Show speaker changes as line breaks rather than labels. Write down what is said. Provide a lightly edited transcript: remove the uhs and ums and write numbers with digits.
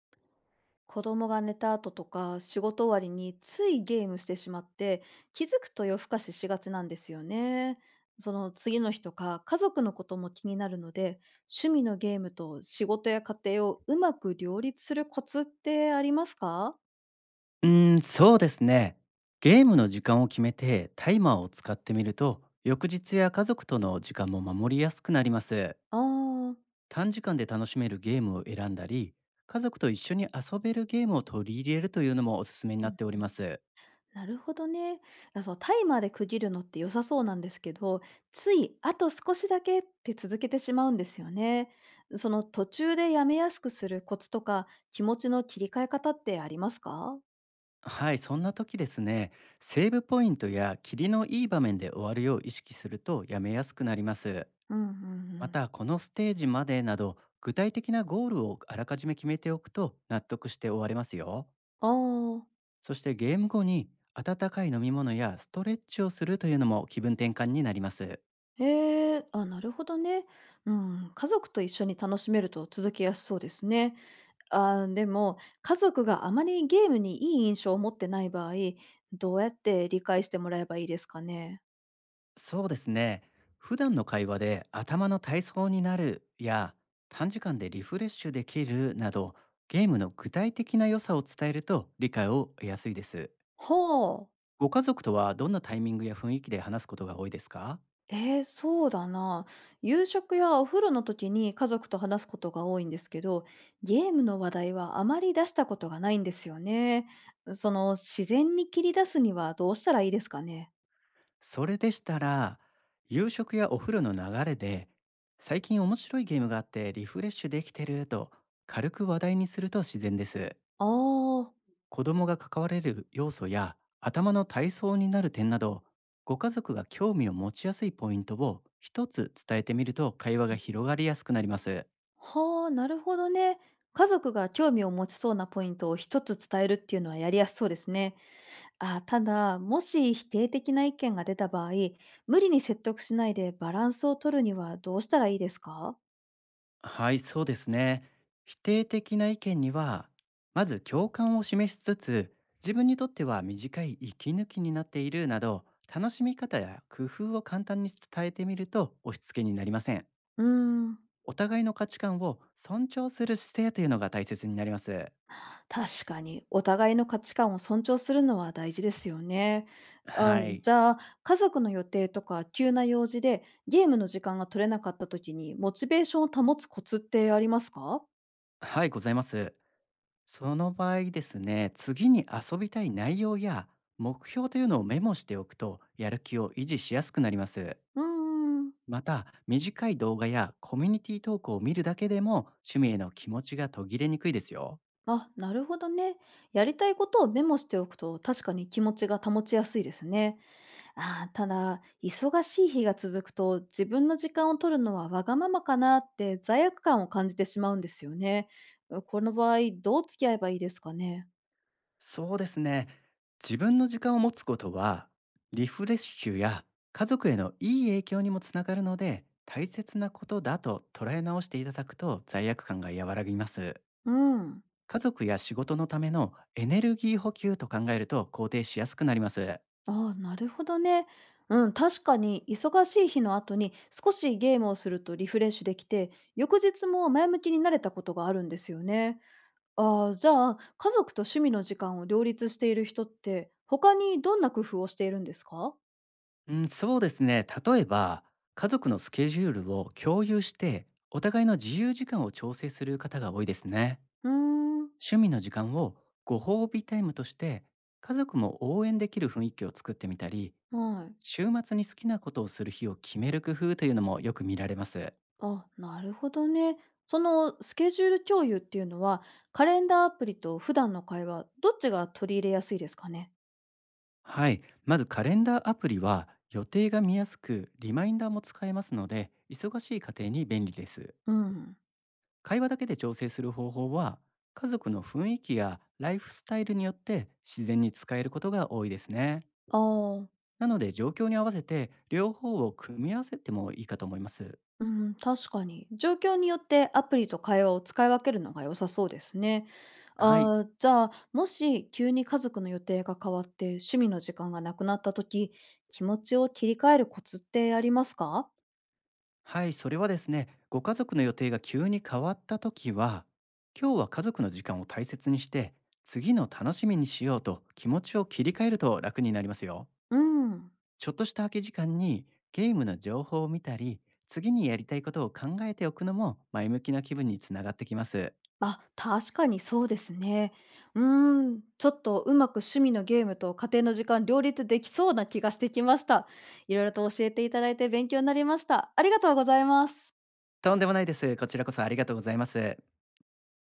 子供が寝た後とか仕事終わりについゲームしてしまって、気づくと夜更かししがちなんですよね。その次の日とか家族のことも気になるので、趣味のゲームと仕事や家庭をうまく両立するコツってありますか？
うーん、そうですね。ゲームの時間を決めてタイマーを使ってみると、翌日や家族との時間も守りやすくなります。
あ、あー。
短時間で楽しめるゲームを選んだり、家族と一緒に遊べるゲームを取り入れるというのもおすすめになっております。
なるほどね。あ、そう、タイマーで区切るのって良さそうなんですけど、ついあと少しだけって続けてしまうんですよね。その途中でやめやすくするコツとか、気持ちの切り替え方ってありますか？
はい、そんな時ですね、セーブポイントや霧のいい場面で終わるよう意識するとやめやすくなります。
うんうんう
ま
ん。
た、このステージまでなど、具体的なゴールをあらかじめ決めておくと納得して終われますよ。
ああ、
そしてゲーム後に温かい飲み物やストレッチをするというのも気分転換になります。
へえ、あ、なるほどね。うん、家族と一緒に楽しめると続けやすそうですね。あー、でも、家族があまりゲームにいい印象を持ってない場合、どうやって理解してもらえばいいですかね。
そうですね。普段の会話で頭の体操になるや、短時間でリフレッシュできるなど、ゲームの具体的な良さを伝えると理解を得やすいです。
ほう。
ご家族とはどんなタイミングや雰囲気で話すことが多いですか？
ええ、そうだな。夕食やお風呂の時に家族と話すことが多いんですけど、ゲームの話題はあまり出したことがないんですよね。その自然に切り出すにはどうしたらいいですかね。
それでしたら、夕食やお風呂の流れで、最近面白いゲームがあってリフレッシュできてると軽く話題にすると自然です。
ああ、
子供が関われる要素や頭の体操になる点など、ご家族が興味を持ちやすいポイントを一つ伝えてみると会話が広がりやすくなります。
はあ、なるほどね。家族が興味を持ちそうなポイントを一つ伝えるっていうのはやりやすそうですね。あ、ただ、もし否定的な意見が出た場合、無理に説得しないでバランスを取るにはどうしたらいいですか？
はい、そうですね。否定的な意見には、まず共感を示しつつ、自分にとっては短い息抜きになっているなど、楽しみ方や工夫を簡単に伝えてみると押し付けになりません。
うーん。
お互いの価値観を尊重する姿勢というのが大切になります。
確かに、お互いの価値観を尊重するのは大事ですよね。あ、
は
じ
い
ゃあ、家族の予定とか急な用事でゲームの時間が取れなかった時に、モチベーションを保つコツってありますか？
はい、ございます。その場合ですね、次に遊びたい内容や目標というのをメモしておくと、やる気を維持しやすくなります。
うーん。
また、短い動画やコミュニティ投稿を見るだけでも、趣味への気持ちが途切れにくいですよ。
あ、なるほどね。やりたいことをメモしておくと、確かに気持ちが保ちやすいですね。あー、ただ、忙しい日が続くと、自分の時間を取るのはわがままかなって罪悪感を感じてしまうんですよね。この場合、どう付き合えばいいですかね？
そうですね。自分の時間を持つことは、リフレッシュや家族へのいい影響にもつながるので、大切なことだと捉え直していただくと罪悪感が和らぎます。
うん。
家族や仕事のためのエネルギー補給と考えると肯定しやすくなります。
ああ、なるほどね。うん、確かに忙しい日の後に少しゲームをするとリフレッシュできて、翌日も前向きになれたことがあるんですよね。ああ、じゃあ、家族と趣味の時間を両立している人って、他にどんな工夫をしているんですか？
うん、そうですね。例えば、家族のスケジュールを共有して、お互いの自由時間を調整する方が多いですね。
うーん、
趣味の時間をご褒美タイムとして、家族も応援できる雰囲気を作ってみたり、
はい。
週末に好きなことをする日を決める工夫というのもよく見られます。
あ、なるほどね。そのスケジュール共有っていうのは、カレンダーアプリと普段の会話、どっちが取り入れやすいですかね？
はい。まずカレンダーアプリは予定が見やすく、リマインダーも使えますので、忙しい家庭に便利です。
うん。
会話だけで調整する方法は、家族の雰囲気やライフスタイルによって自然に使えることが多いですね。
ああ。
なので状況に合わせて両方を組み合わせてもいいかと思います。
うん、確かに。状況によってアプリと会話を使い分けるのが良さそうですね。
はい。
あー、じゃあ、もし急に家族の予定が変わって趣味の時間がなくなった時、気持ちを切り替えるコツってありますか？
はい、それはですね、ご家族の予定が急に変わった時は、今日は家族の時間を大切にして、次の楽しみにしようと気持ちを切り替えると楽になりますよ。
うん。
ちょっとした空き時間にゲームの情報を見たり、次にやりたいことを考えておくのも前向きな気分につながってきます。
あ、確かにそうですね。うーん、ちょっとうまく趣味のゲームと家庭の時間両立できそうな気がしてきました。いろいろと教えていただいて勉強になりました。ありがとうございます。
とんでもないです。こちらこそありがとうございます。